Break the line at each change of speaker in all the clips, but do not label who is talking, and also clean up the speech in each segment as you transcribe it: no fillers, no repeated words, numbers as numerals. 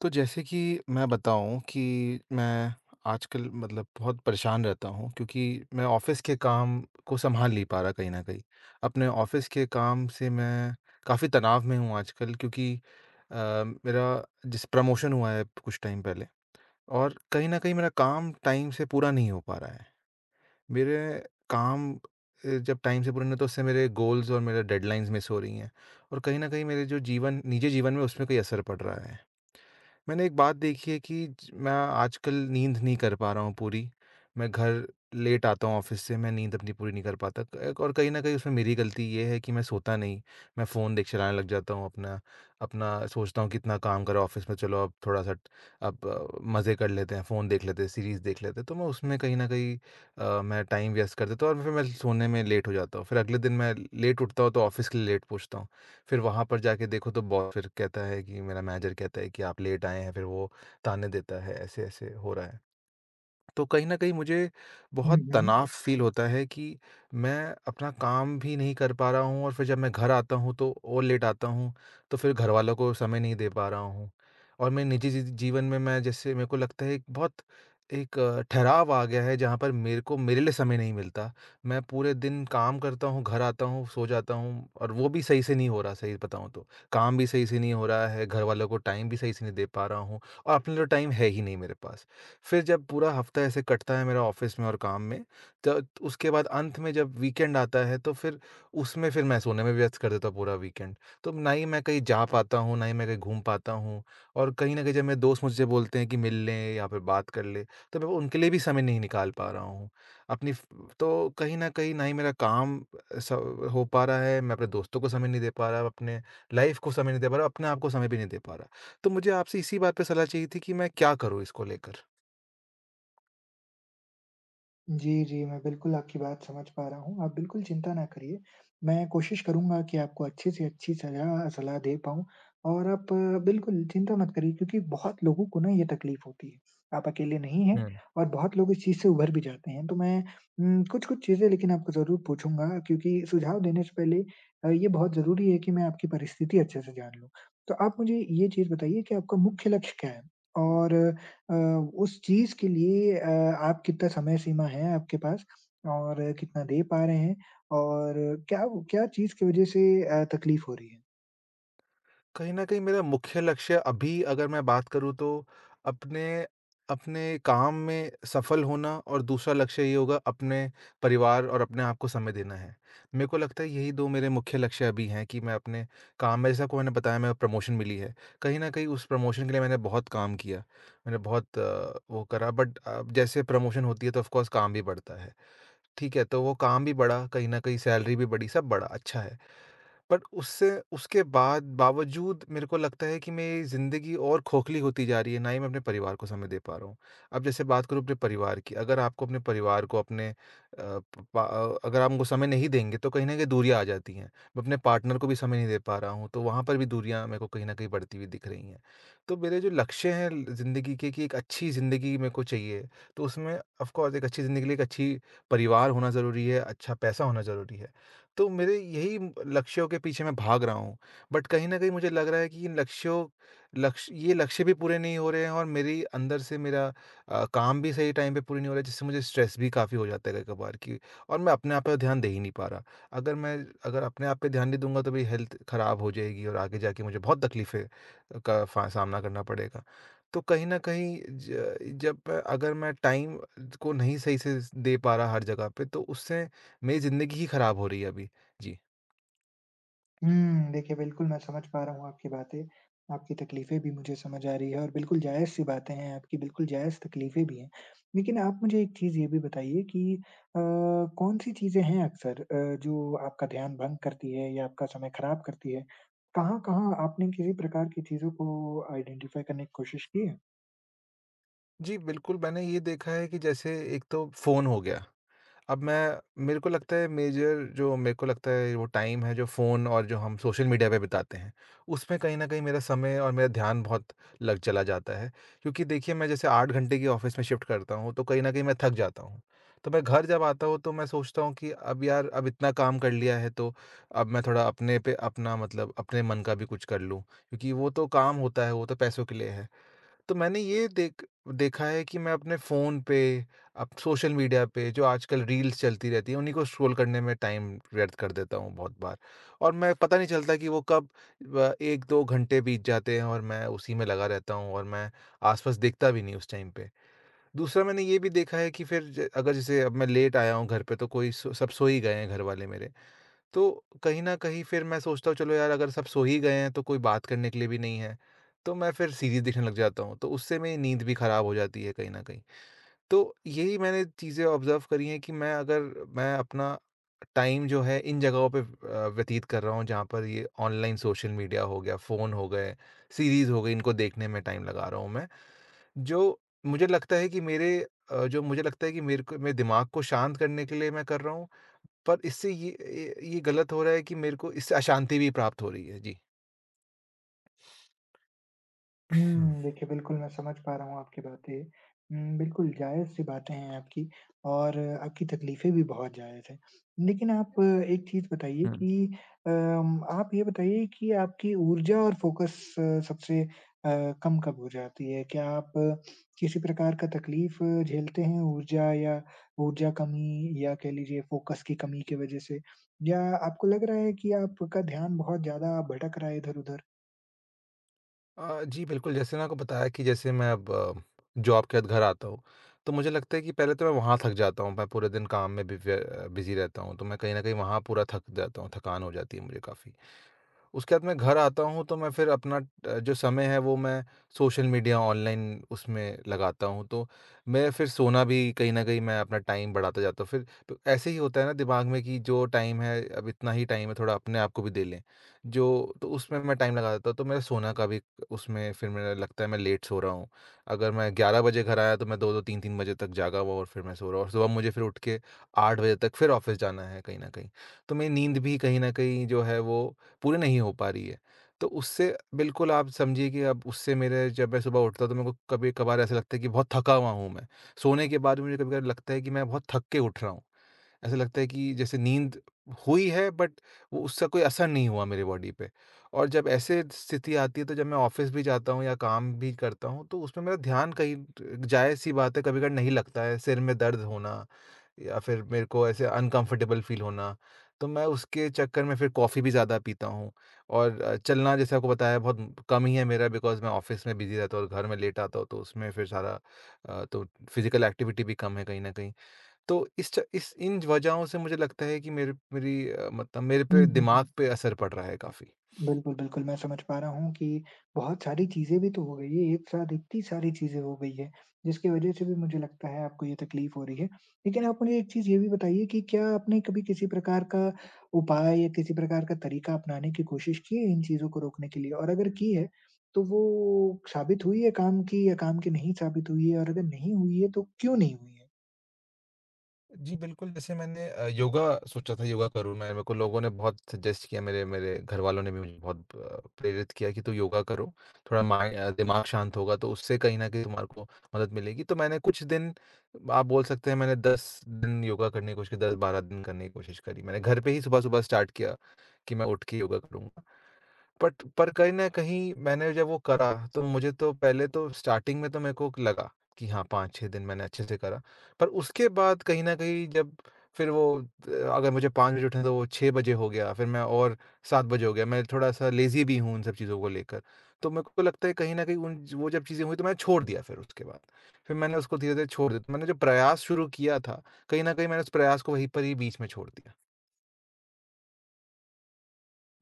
तो जैसे कि मैं बताऊँ कि मैं आजकल मतलब बहुत परेशान रहता हूँ, क्योंकि मैं ऑफ़िस के काम को सँभाल नहीं पा रहा कहीं न कहीं। अपने ऑफ़िस के काम से मैं काफ़ी तनाव में हूँ आजकल, क्योंकि अ, मेरा जिस प्रमोशन हुआ है कुछ टाइम पहले और कहीं न कहीं मेरा काम टाइम से पूरा नहीं हो पा रहा है। मेरे काम जब टाइम से पूरे नहीं तो उससे मेरे गोल्स और मेरे डेडलाइन्स मिस हो रही हैं, और कहीं न कहीं मेरे जो जीवन निजी जीवन में उसमें कोई असर पड़ रहा है। मैंने एक बात देखी है कि मैं आजकल नींद नहीं कर पा रहा हूँ पूरी। मैं घर लेट आता हूँ ऑफिस से, मैं नींद अपनी पूरी नहीं कर पाता। और कहीं ना कहीं उसमें मेरी गलती ये है कि मैं सोता नहीं, मैं फ़ोन देख चलाने लग जाता हूँ अपना। अपना सोचता हूँ कितना काम करा ऑफिस में, चलो अब थोड़ा सा मज़े कर लेते हैं, फ़ोन देख लेते हैं, सीरीज़ देख लेते हैं, तो मैं उसमें कहीं ना कहीं मैं टाइम वेस्ट कर देता हूँ और फिर मैं सोने में लेट हो जाता हूँ। फिर अगले दिन मैं लेट उठता हूँ तो ऑफिस के लिए लेट पहुँचता हूँ। फिर वहाँ पर जाके देखो तो बॉस फिर कहता है कि, मेरा मैनेजर कहता है कि आप लेट आए हैं, फिर वो ताने देता है, ऐसे-ऐसे हो रहा है। तो कहीं न कहीं मुझे
हुँ,
बहुत
हुँ।
तनाव फ़ील होता है कि मैं अपना काम भी नहीं कर पा रहा हूँ, और फिर जब मैं घर आता हूँ तो और लेट आता हूँ, तो फिर घरवालों को समय नहीं दे पा रहा हूँ। और मेरे निजी जीवन में मैं, जैसे मेरे को लगता है एक बहुत, एक ठहराव आ गया है जहाँ पर मेरे को मेरे लिए समय नहीं मिलता। मैं पूरे दिन काम करता हूँ, घर आता हूँ, सो जाता हूँ और वो भी सही से नहीं हो रहा, सही बताऊँ तो। काम भी सही से नहीं हो रहा है, घरवालों को टाइम भी सही से नहीं दे पा रहा हूँ, और अपने लिए टाइम है ही नहीं मेरे पास। फिर जब पूरा हफ्ता ऐसे कटता है मेरा ऑफ़िस में और काम में, त उसके बाद अंत में जब वीकेंड आता है तो फिर उसमें फिर मैं सोने में व्यस्त कर देता हूँ पूरा वीकेंड। तो ना ही मैं कहीं जा पाता हूँ, ना ही मैं कहीं घूम पाता हूँ, और कहीं न कहीं जब मेरे दोस्त मुझसे बोलते हैं कि मिल लें या फिर बात कर लें, तो मैं उनके लिए भी समय नहीं निकाल पा रहा हूँ। अपनी फ तो कहीं न कहीं ना ही मेरा काम स हो पा रहा है, मैं अपने दोस्तों को समय नहीं दे पा रहा, अपने लाइफ़ को समय नहीं दे पा रहा, अपने आप को समय भी नहीं दे पा रहा। तो मुझे आपसे इसी बात पे सलाह चाहिए थी कि मैं क्या करूँ इसको लेकर?
जी, जी, मैं बिल्कुल आपकी बात समझ पा रहा हूँ। आप बिल्कुल चिंता ना करिए, मैं कोशिश करूँगा कि आपको अच्छी से अच्छी सलाह सलाह दे पाऊँ और आप बिल्कुल चिंता मत करिए क्योंकि बहुत लोगों को ना ये तकलीफ़ होती है। आप अकेले नहीं हैं
हुँ।
और बहुत लोग इस चीज़ से उभर भी जाते हैं। तो मैं कुछ-कुछ चीज़ें लेकिन आपको ज़रूर पूछूँगा क्योंकि सुझाव देने से पहले ये बहुत ज़रूरी है कि मैं आपकी परिस्थिति अच्छे से जान लूँ। तो आप मुझे ये चीज़ बताइए कि आपका मुख्य लक्ष्य क्या है? और अ, उस चीज़ के लिए आप कितना समय सीमा है आपके पास और कितना दे पा रहे हैं और क्या वो क्या चीज़ की वज़ह से तकलीफ़ हो रही है?
कहीं न कहीं मेरा मुख्य लक्ष्य अभी, अगर मैं बात करूँ तो, अपने अपने काम में सफल होना, और दूसरा लक्ष्य ये होगा अपने परिवार और अपने आप को समय देना है। मेरे को लगता है यही 2 मेरे मुख्य लक्ष्य अभी हैं कि मैं अपने काम में, जैसा आपको मैंने बताया, मेरा प्रमोशन मिली है। कहीं न कहीं उस प्रमोशन के लिए मैंने बहुत काम किया। मैंने बहुत वो करा, बट अब जैसे प्रमोशन होती है तो ऑफ़ कोर्स काम भी बढ़ता है। ठीक है, तो वो काम भी बढ़ा, कहीं न कहीं सैलरी भी बढ़ी, सब बढ़ा, अच्छा है। बट उससे उसके बाद बावजूद मेरे को लगता है कि मेरी ज़िंदगी और खोखली होती जा रही है, ना ही मैं अपने परिवार को समय दे पा रहा हूँ। अब जैसे बात करूँ अपने परिवार की, अगर आपको अपने परिवार को अपने अगर आप उनको समय नहीं देंगे तो कहीं न कहीं दूरियाँ आ जाती हैं। मैं अपने पार्टनर को भी समय नहीं दे पा रहा हूँ, तो वहाँ पर भी दूरियाँ मेरे को कहीं न कहीं बढ़ती हुई दिख रही हैं। तो मेरे जो लक्ष्य हैं ल ज़िंदगी के कि एक अच्छी ज़िंदगी मेरे को चाहिए, तो उसमें ऑफ़ कोर्स एक अच्छी ज़िंदगी के लिए एक अच्छी परिवार होना ज़रूरी है, अच्छा पैसा होना ज़रूरी है। तो मेरे यही लक्ष्यों के पीछे मैं भाग रहा हूँ। बट कहीं न कहीं मुझे लग रहा है कि इन लक्ष्यों लक्ष्य ये लक्ष्य भी पूरे नहीं हो रहे हैं, और मेरी अंदर से मेरा काम भी सही टाइम पे पूरी नहीं हो रहा है, जिससे मुझे स्ट्रेस भी काफ़ी हो जाता है कई-कभार कि, और मैं अपने आप पे ध्यान दे ही नहीं पा रहा। अगर मैं अगर अपने आप पे ध्यान नहीं दूँगा तो मेरी हेल्थ खराब हो जाएगी और आगे जाके मुझे बहुत तकलीफ़ें का फा सामना करना पड़ेगा। तो कहीं न कहीं अगर मैं टाइम को नहीं सही से दे पा रहा हर जगह पे, तो उससे मेरी ज़िंदगी ही खराब हो रही है अभी। जी।
हुँ, देखिए बिल्कुल मैं समझ पा रहा हूँ आपकी बातें, आपकी तकलीफ़ें भी मुझे समझ आ रही है और बिल्कुल जायज़-सी बातें हैं आपकी, बिल्कुल जायज़ तकलीफ़ें भी हैं। लेकिन आप मुझे एक चीज़ ये भी बताइए कि कौन-सी चीज़ें हैं अक्सर जो आपका ध्यान भंग करती है या आपका समय ख़राब करती है? कहाँ-कहाँ आपने किसी प्रकार की चीज़ों को आइडेंटिफ़ाई करने की कोशिश की है?
जी, बिल्कुल, मैंने ये देखा है कि जैसे एक तो फ़ोन हो गया। अब मैं मेरे को लगता है मेजर, जो मेरे को लगता है, वो टाइम है जो फ़ोन और जो हम सोशल मीडिया पे बिताते हैं, उसमें कहीं न कहीं मेरा समय और मेरा ध्यान बहुत लग चला जाता है। क्योंकि देखिए मैं जैसे 8 घंटे की ऑफ़िस में शिफ्ट करता हूँ, तो कहीं न कहीं मैं थक जाता हूँ। तो मैं घर जब आता हूँ तो मैं सोचता हूँ कि अब यार, अब इतना काम कर लिया है तो अब मैं थोड़ा अपने पे अपना, मतलब अपने मन का भी कुछ कर लूँ। क्योंकि वो तो काम होता है, वो तो पैसों के लिए है। तो मैंने ये देखा है कि मैं अपने फ़ोन पे, अब सोशल मीडिया पे जो आजकल रील्स चलती रहती हैं, उन्हीं को स्क्रॉल करने में टाइम व्यर्थ कर देता हूँ बहुत बार। और मैं पता नहीं चलता कि वो कब व 1-2 घंटे बीत जाते हैं और मैं उसी में लगा रहता हूँ, और मैं आस-पास देखता भी नहीं उस टाइम पे। दूसरा मैंने ये भी देखा है कि फिर ज अगर जैसे अब मैं लेट आया हूँ घर पे तो कोई सो सब सो ही गए हैं घर वाले मेरे। तो कहीं न कहीं फिर मैं सोचता हूँ चलो यार, अगर सब सो ही गए हैं तो कोई बात करने के लिए भी नहीं है, तो मैं फिर सीरीज़ देखने लग जाता हूँ, तो उससे मेरी नींद भी ख़राब हो जाती है कहीं न कहीं। तो यही मैंने चीज़ें ऑब्ज़र्व करी हैं कि मैं अगर मैं अपना टाइम जो है इन जगहों पे व्यतीत कर रहा हूँ, जहाँ पर ये ऑनलाइन सोशल मीडिया हो गया, फ़ोन हो गए, सीरीज़ हो गई, इनको देखने में टाइम लगा रहा हूँ मैं, जो मुझे लगता है कि मेरे जो मुझे लगता है कि मेरे को मेरे दिमाग को शांत करने के लिए मैं कर रहा हूँ, पर इससे ये गलत हो रहा है कि मेरे को इससे अशांति भी प्राप्त हो रही है। जी। हुँ,
हुँ, देखिए बिल्कुल मैं समझ पा रहा हूँ आपकी बातें। बिल्कुल जायज़-सी बातें हैं आपकी और आपकी तकलीफ़ें भी बहुत जायज़ हैं। लेकिन आप एक चीज़ बताइए
हुँ।
कि आप ये बताइए कि आपकी ऊर्जा और फ़ोकस सबसे अ, कम कब हो जाती है? क्या आप किसी प्रकार का तकलीफ़ झेलते हैं ऊर्जा या ऊर्जा कमी या कह लीजिए फ़ोकस की कमी की वज़ह से? या आपको लग रहा है कि आपका ध्यान बहुत ज़्यादा भटक रहा है इधर-उधर?
जी, बिल्कुल, जैसे मैंने आपको बताया कि जैसे मैं अब जॉब के बाद घर आता हूँ, तो मुझे लगता है कि पहले तो मैं वहाँ थक जाता हूँ, मैं पूरे दिन काम में बि व्य बिज़ी रहता हूँ, तो मैं कहीं न कहीं वहाँ पूरा थक जाता हूँ, थकान हो जाती है मुझे काफ़ी। उसके बाद मैं घर आता हूँ तो मैं फिर अपना जो समय है वो मैं सोशल मीडिया ऑनलाइन उसमें लगाता हूँ, तो मैं फिर सोना भी कहीं न कहीं मैं अपना टाइम बढ़ाता जाता हूँ। फिर प ऐसे ही होता है ना दिमाग में कि जो टाइम है अब इतना ही टाइम है, थोड़ा अपने आप को भी दे लें। जो तो उसमें मैं टाइम लगा देता हूँ तो मेरा सोना का भी, उसमें फिर मेरा लगता है मैं लेट सो रहा हूँ। अगर मैं 11 बजे घर आया तो मैं 2-2 3-3 बजे तक जागा हुआ और फिर मैं सो रहा हूँ, और सुबह मुझे फिर उठ के 8 बजे तक फिर ऑफ़िस जाना है कहीं न कहीं। तो मेरी नींद भी कहीं न कहीं जो है वो पूरी नहीं हो पा रही है। तो उससे बिल्कुल आप समझिए कि अब उससे मेरे, जब मैं सुबह उठता हूँ तो मेरे को कभी-कभार ऐसा लगता है कि बहुत थका हुआ हूँ मैं। सोने के बाद भी मुझे कभी-कभार लगता है कि मैं बहुत थक के उठ रहा हूँ। ऐसा लगता है कि जैसे नींद हुई है बट वो, उसका कोई असर नहीं हुआ मेरी बॉडी पे। और जब ऐसे स्थिति आती है तो जब मैं ऑफ़िस भी जाता हूँ या काम भी करता हूँ तो उसमें मेरा ध्यान कहीं, ज़ाहिर-सी बात है, कभी-कभार नहीं लगता है। सिर में दर्द होना या फिर मेरे को ऐसे अनकंफर्टेबल फ़ील होना, तो मैं उसके चक्कर में फिर कॉफ़ी भी ज़्यादा पीता हूँ, और चलना जैसे आपको बताया बहुत कम ही है मेरा, बिकॉज़ मैं ऑफ़िस में बिज़ी रहता हूँ और घर में लेट आता हूँ, तो उसमें फिर तो फ़िज़िकल एक्टिविटी भी कम है कहीं न कहीं। तो इस च इस इन वजहों से मुझे लगता है कि मतलब मेरे
हुँ,
पे
हुँ,
दिमाग
हुँ।
पे असर पड़ रहा है काफ़ी।
बिल्कुल, बिल्कुल, मैं समझ पा रहा हूँ कि बहुत सारी चीज़ें भी तो हो गई है, एक साथ इतनी सारी चीज़ें हो गई है, जिसकी वज़ह से भी मुझे लगता है आपको ये तकलीफ़ हो रही है। लेकिन आप मुझे एक चीज़ ये भी बताइए कि क्या आपने कभी किसी प्रकार का उपाय या किसी प्रकार का तरीका अपनाने की कोशिश की है इन चीज़ों को रोकने के लिए? और अगर की है, तो वो साबित हुई है काम की या काम की नहीं साबित हुई है? और अगर नहीं हुई है, तो क्यों नहीं हुई है?
जी, बिल्कुल, जैसे मैंने योगा सोचा था योगा करूँ मैं, मेरे को लोगों ने बहुत सजेस्ट किया, मेरे मेरे घरवालों ने भी मुझे बहुत प्रेरित किया कि तू योगा करो, थोड़ा दिमाग शांत होगा तो उससे कहीं न कहीं तुम्हारे को मदद मिलेगी। तो मैंने कुछ दिन, आप बोल सकते हैं मैंने 10 दिन योगा करने की कोशिश की, 10-12 दिन करने की कोशिश करी। मैंने घर पे ही सुबह-सुबह स्टार्ट किया कि मैं उठ के योगा करूँगा। बट पर कहीं न कहीं मैंने जब वो करा तो मुझे तो पहले तो स्टार्टिंग में तो मेरे को लगा कि हाँ 5-6 दिन मैंने अच्छे से करा। पर उसके बाद कहीं न कहीं जब फिर वो अगर मुझे 5 बजे उठना है तो वो 6 बजे हो गया, फिर मैं और 7 बजे हो गया। मैं थोड़ा-सा लेज़ी भी हूँ इन सब चीज़ों को लेकर। तो मेरे को लगता है कहीं न कहीं उन वो जब चीज़ें हुई तो मैंने छोड़ दिया फिर उसके बाद। फिर मैंने उसको धीरे-धीरे छोड़ दिया। तो मैंने जो प्रयास शुरू किया था, कहीं न कहीं मैंने उस प्रयास को वहीं पर ही बीच में छोड़ दिया।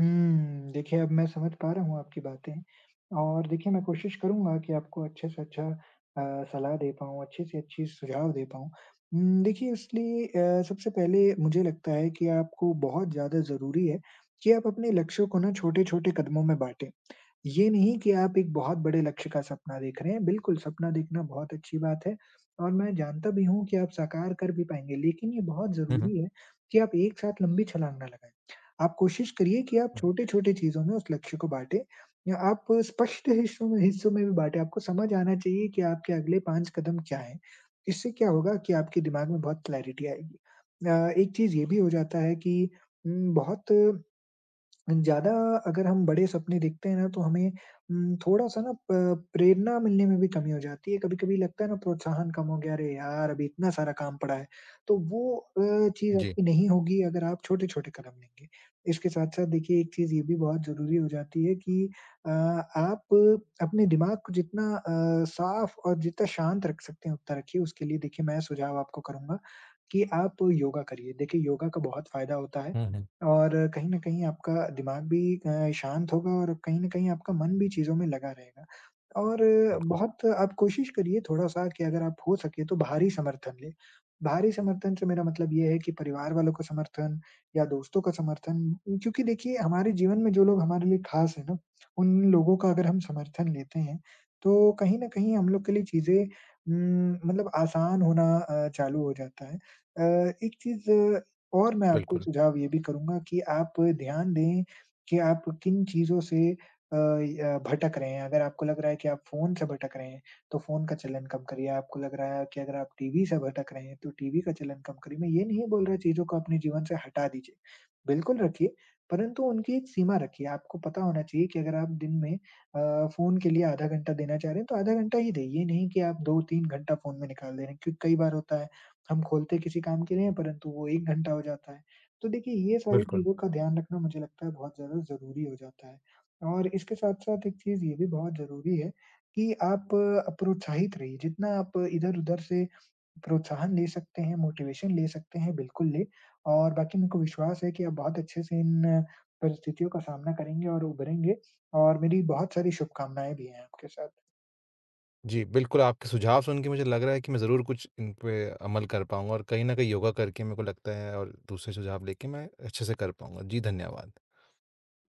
हुँ, देखिए अब मैं समझ पा रहा हूँ आपकी बातें और देखिए मैं कोशिश करूँगा कि आपको अच्छे से अच्छा सलाह दे पाऊँ, अच्छे से अच्छी सुझाव दे पाऊँ। देखिए इसलिए सबसे पहले मुझे लगता है कि आपको बहुत ज़्यादा ज़रूरी है कि आप अपने लक्ष्यों को ना छोटे-छोटे कदमों में बाँटें। ये नहीं कि आप एक बहुत बड़े लक्ष्य का सपना देख रहे हैं, बिल्कुल सपना देखना बहुत अच्छी बात है और मैं जानता भी हूँ कि आप साकार कर भी पाएँगे, लेकिन ये बहुत
हुँ, हुँ,
ज़रूरी है कि आप एक साथ लंबी छलांग ना लगाएँ। आप कोशिश करिए कि आप
हुँ।
छोटे-छोटे चीज़ों में उस लक्ष्य को बाँटें या आप स्पष्ट हिस्सों में भी बाँटें। आपको समझ आना चाहिए कि आपके अगले 5 कदम क्या हैं। इससे क्या होगा कि आपके दिमाग में बहुत क्लैरिटी आएगी। एक चीज़ ये भी हो जाता है कि बहुत ज़्यादा अगर हम बड़े सपने देखते हैं ना तो हमें थोड़ा-सा ना प प्रेरणा मिलने में भी कमी हो जाती है। कभी-कभी लगता है ना प्रोत्साहन कम हो गया, "अरे यार! अभी इतना सारा काम पड़ा है।" तो वो चीज़
जी।
आपकी नहीं होगी अगर आप छोटे-छोटे कदम लेंगे। इसके साथ-साथ देखिए एक चीज़ ये भी बहुत ज़रूरी हो जाती है कि आप अपने दिमाग को जितना साफ और जितना शांत रख सकते हैं उतना रखिए। उसके लिए देखिए मैं सुझाव आपको करूँगा कि आप योगा करिए। देखिए योगा का बहुत फ़ायदा होता है।
हुँ, हुँ।
और कहीं न कहीं आपका दिमाग भी शांत होगा और कहीं न कहीं आपका मन भी चीज़ों में लगा रहेगा। और
बिल्कुल,
बहुत आप कोशिश करिए थोड़ा-सा कि अगर आप हो सके तो बाहरी समर्थन लें। बाहरी समर्थन से मेरा मतलब ये है कि परिवार वालों का समर्थन या दोस्तों का समर्थन क्योंकि देखिए हमारे जीवन में जो लोग हमारे लिए ख़ास है ना, उन लोगों का अगर हम समर्थन लेते हैं, तो कहीं न कहीं हम लोग के लिए चीज़ें मतलब आसान होना चालू हो जाता है। एक चीज़ और मैं आपको
बिल्कुल,
सुझाव ये भी करूँगा कि आप ध्यान दें कि आप किन चीज़ों से अ, य भटक रहे हैं। अगर आपको लग रहा है कि आप फ़ोन से भटक रहे हैं, तो फ़ोन का चलन कम करिए। आपको लग रहा है कि अगर आप टीवी से भटक रहे हैं, तो टीवी का चलन कम करिए। मैं ये नहीं बोल रहा चीज़ों को अपने जीवन से हटा दीजिए, बिल्कुल रखिए, परंतु उनकी एक सीमा रखिए। आपको पता होना चाहिए कि अगर आप दिन में फ़ोन के लिए आधा घंटा देना चाह रहे हैं, तो आधा घंटा ही दें। ये नहीं कि आप 2-3 घंटा फ़ोन में निकाल दे रहे हैं, क्योंकि कई बार होता है हम खोलते किसी काम के लिए हैं, परंतु वो 1 घंटा हो जाता है। तो देखिए, ये सारी
बिल्कुल।
चीज़ों का ध्यान रखना मुझे लगता है बहुत ज़्यादा ज़रूरी हो जाता है। और इसके साथ-साथ एक चीज़ ये भी बहुत ज़रूरी है कि आप प्रोत्साहित रहिए, जितना आप इधर-उधर से प्रोत्साहन ले सकते हैं, मोटिवेशन ले सकते हैं, बिल्कुल लें। और बाकी मेरे को विश्वास है कि आप बहुत अच्छे से इन परिस्थितियों का सामना करेंगे और उभरेंगे और मेरी बहुत सारी शुभकामनाएँ भी हैं आपके साथ।
जी, बिल्कुल, आपके सुझाव सुन के मुझे लग रहा है कि मैं ज़रूर कुछ इन पे अमल कर पाऊँगा, और कहीं न कहीं योगा करके मेरे को लगता है और दूसरे सुझाव लेके मैं अच्छे से कर पाऊँगा। जी, धन्यवाद।